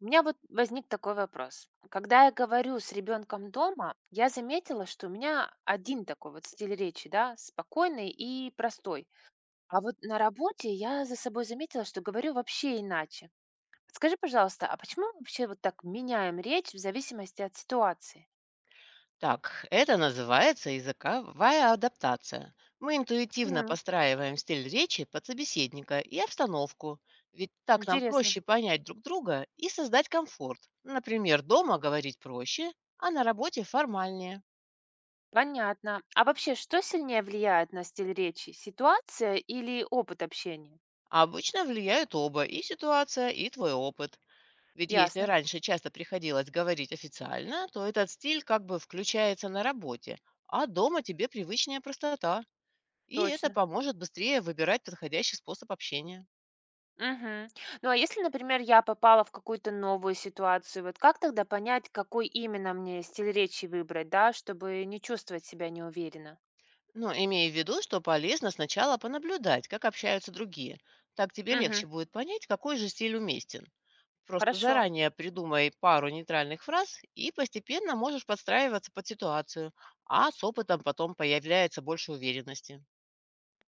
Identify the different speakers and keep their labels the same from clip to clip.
Speaker 1: У меня вот возник такой вопрос. Когда я говорю с ребенком дома, я заметила, что у меня один такой вот стиль речи, да, спокойный и простой. А вот на работе я за собой заметила, что говорю вообще иначе. Скажи, пожалуйста, а почему мы вообще вот так меняем речь в зависимости от ситуации?
Speaker 2: Так, это называется языковая адаптация. Мы интуитивно
Speaker 1: Мгм.
Speaker 2: постраиваем стиль речи под собеседника и обстановку, ведь так нам
Speaker 1: Интересно.
Speaker 2: проще понять друг друга и создать комфорт. Например, дома говорить проще, а на работе формальнее.
Speaker 1: Понятно. А вообще, что сильнее влияет на стиль речи? Ситуация или опыт общения?
Speaker 2: А обычно влияют оба, и ситуация, и твой опыт. Ведь если
Speaker 1: Ясно.
Speaker 2: раньше часто приходилось говорить официально, то этот стиль как бы включается на работе, а дома тебе привычная простота. И это
Speaker 1: Точно.
Speaker 2: поможет быстрее выбирать подходящий способ общения.
Speaker 1: Мгм. Ну, а если, например, я попала в какую-то новую ситуацию, вот как тогда понять, какой именно мне стиль речи выбрать, да, чтобы не чувствовать себя неуверенно?
Speaker 2: Но имея в виду, что полезно сначала понаблюдать, как общаются другие. Так тебе
Speaker 1: Угу.
Speaker 2: легче будет понять, какой же стиль уместен. Просто
Speaker 1: Хорошо,
Speaker 2: заранее придумай пару нейтральных фраз и постепенно можешь подстраиваться под ситуацию, а с опытом потом появляется больше уверенности.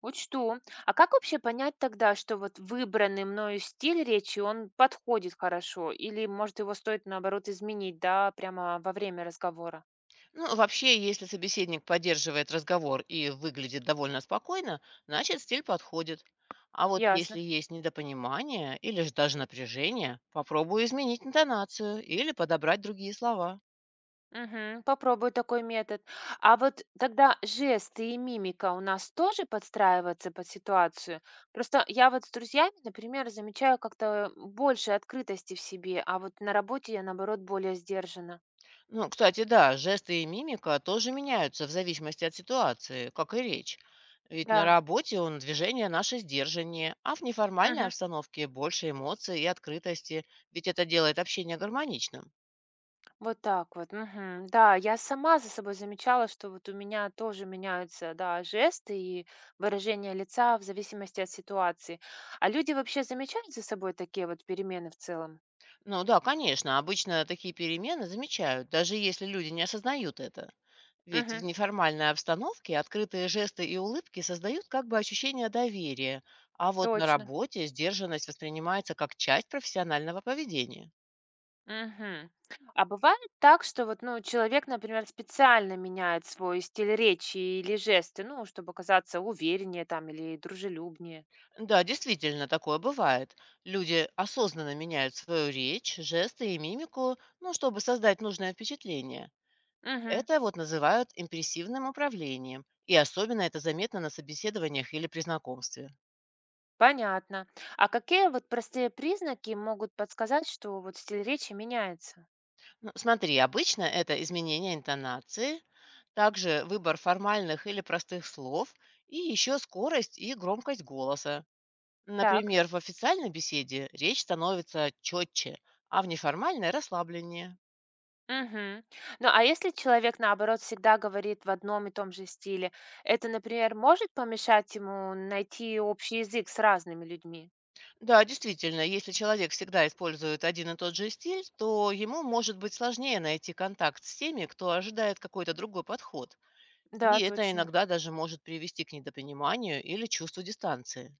Speaker 1: учту. А как вообще понять тогда, что вот выбранный мною стиль речи, он подходит хорошо, или, может, его стоит, наоборот, изменить, да, прямо во время разговора?
Speaker 2: Ну, вообще, если собеседник поддерживает разговор и выглядит довольно спокойно, значит, стиль подходит. А вот если
Speaker 1: Ясно.
Speaker 2: есть недопонимание или же даже напряжение, попробуй изменить интонацию или подобрать другие слова.
Speaker 1: Мгм. Попробую такой метод. А вот тогда жесты и мимика у нас тоже подстраиваются под ситуацию? Просто я вот с друзьями, например, замечаю как-то больше открытости в себе, а вот на работе я, наоборот, более сдержана.
Speaker 2: Ну, кстати, да, жесты и мимика тоже меняются в зависимости от ситуации, как и речь. Ведь на
Speaker 1: Да.
Speaker 2: работе он движение наше сдержаннее, а в неформальной
Speaker 1: Мгм.
Speaker 2: обстановке больше эмоций и открытости, ведь это делает общение гармоничным.
Speaker 1: Вот так вот. Мгм. Да, я сама за собой замечала, что вот у меня тоже меняются, да, жесты и выражение лица в зависимости от ситуации. А люди вообще замечают за собой такие вот перемены в целом?
Speaker 2: Ну да, конечно, обычно такие перемены замечают, даже если люди не осознают это. Ведь в
Speaker 1: Мгм.
Speaker 2: неформальной обстановке открытые жесты и улыбки создают как бы ощущение доверия, а вот на
Speaker 1: Точно.
Speaker 2: работе сдержанность воспринимается как часть профессионального поведения.
Speaker 1: Мгм. А бывает так, что вот, ну, человек, например, специально меняет свой стиль речи или жесты, ну, чтобы казаться увереннее там или дружелюбнее.
Speaker 2: Да, действительно, такое бывает. Люди осознанно меняют свою речь, жесты и мимику, ну, чтобы создать нужное впечатление.
Speaker 1: Мгм.
Speaker 2: Это вот называют импрессивным управлением, и особенно это заметно на собеседованиях или при знакомстве.
Speaker 1: Понятно. А какие вот простые признаки могут подсказать, что вот стиль речи меняется?
Speaker 2: Ну, смотри, обычно это изменение интонации, также выбор формальных или простых слов и еще скорость и громкость голоса.
Speaker 1: Так.
Speaker 2: Например, в официальной беседе речь становится четче, а в неформальной – расслабленнее.
Speaker 1: Мгм. Ну, а если человек, наоборот, всегда говорит в одном и том же стиле, это, например, может помешать ему найти общий язык с разными людьми?
Speaker 2: Да, действительно, если человек всегда использует один и тот же стиль, то ему может быть сложнее найти контакт с теми, кто ожидает какой-то другой подход.
Speaker 1: Да,
Speaker 2: И это
Speaker 1: точно.
Speaker 2: иногда даже может привести к недопониманию или чувству дистанции.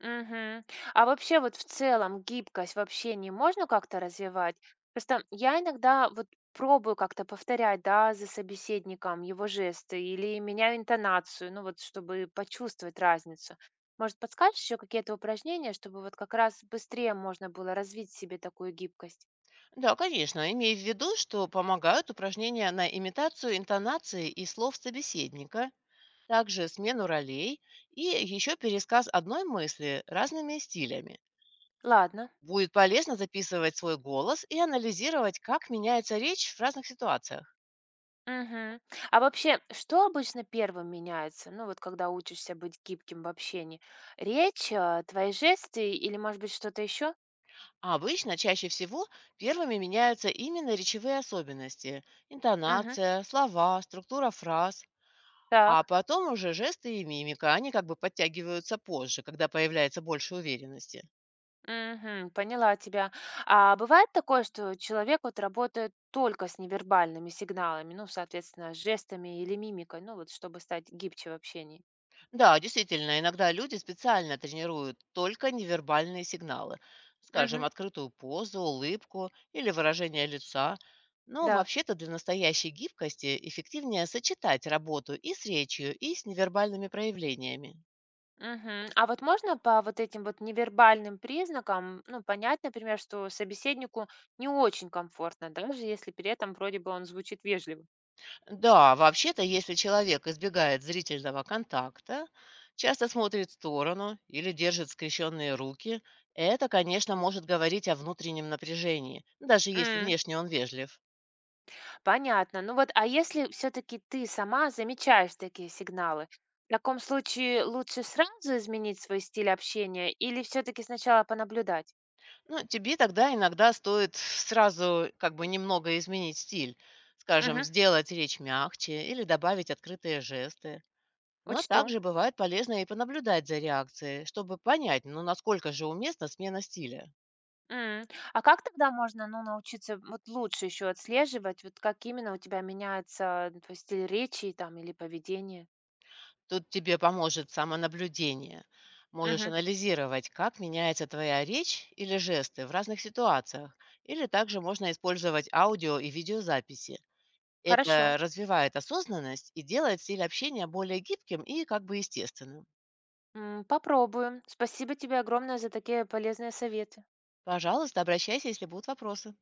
Speaker 1: Мгм. А вообще вот в целом гибкость в общении можно как-то развивать? Просто я иногда вот пробую как-то повторять, да, за собеседником его жесты или меняю интонацию, ну вот чтобы почувствовать разницу. Может, подскажешь еще какие-то упражнения, чтобы вот как раз быстрее можно было развить в себе такую гибкость?
Speaker 2: Да, конечно. Имея в виду, что помогают упражнения на имитацию интонации и слов собеседника, также смену ролей и еще пересказ одной мысли разными стилями.
Speaker 1: Ладно.
Speaker 2: Будет полезно записывать свой голос и анализировать, как меняется речь в разных ситуациях.
Speaker 1: Мгм. А вообще, что обычно первым меняется? Ну вот когда учишься быть гибким в общении? Речь, твои жесты или, может быть, что-то еще?
Speaker 2: А обычно, чаще всего, первыми меняются именно речевые особенности –
Speaker 1: Мгм.
Speaker 2: интонация, слова, структура фраз. А
Speaker 1: Так,
Speaker 2: потом уже жесты и мимика, они как бы подтягиваются позже, когда появляется больше уверенности.
Speaker 1: мгм, поняла тебя. А бывает такое, что человек вот работает только с невербальными сигналами, ну, соответственно, с жестами или мимикой, ну, вот чтобы стать гибче в общении.
Speaker 2: Да, действительно, иногда люди специально тренируют только невербальные сигналы,
Speaker 1: Мгм,
Speaker 2: скажем, открытую позу, улыбку или выражение лица. Но
Speaker 1: да.
Speaker 2: вообще-то для настоящей гибкости эффективнее сочетать работу и с речью, и с невербальными проявлениями.
Speaker 1: Мгм. А вот можно по вот этим вот невербальным признакам, ну, понять, например, что собеседнику не очень комфортно, даже если при этом вроде бы он звучит вежливо?
Speaker 2: Да, вообще-то, если человек избегает зрительного контакта, часто смотрит в сторону или держит скрещенные руки, это, конечно, может говорить о внутреннем напряжении, даже если внешне он вежлив.
Speaker 1: Понятно. Ну вот, а если все-таки ты сама замечаешь такие сигналы, в таком случае лучше сразу изменить свой стиль общения или все-таки сначала понаблюдать?
Speaker 2: Ну, тебе тогда иногда стоит сразу как бы немного изменить стиль. Скажем,
Speaker 1: Мгм.
Speaker 2: сделать речь мягче или добавить открытые жесты. Но
Speaker 1: Учту.
Speaker 2: также бывает полезно и понаблюдать за реакцией, чтобы понять, ну, насколько же уместна смена стиля.
Speaker 1: М. А как тогда можно, ну, научиться вот лучше еще отслеживать, вот как именно у тебя меняется ну, твой стиль речи там или поведение?
Speaker 2: Тут тебе поможет самонаблюдение. Можешь
Speaker 1: Мгм.
Speaker 2: анализировать, как меняется твоя речь или жесты в разных ситуациях. Или также можно использовать аудио и видеозаписи.
Speaker 1: Хорошо.
Speaker 2: Это развивает осознанность и делает стиль общения более гибким и как бы естественным.
Speaker 1: М, попробуем. Спасибо тебе огромное за такие полезные советы.
Speaker 2: Пожалуйста, обращайся, если будут вопросы.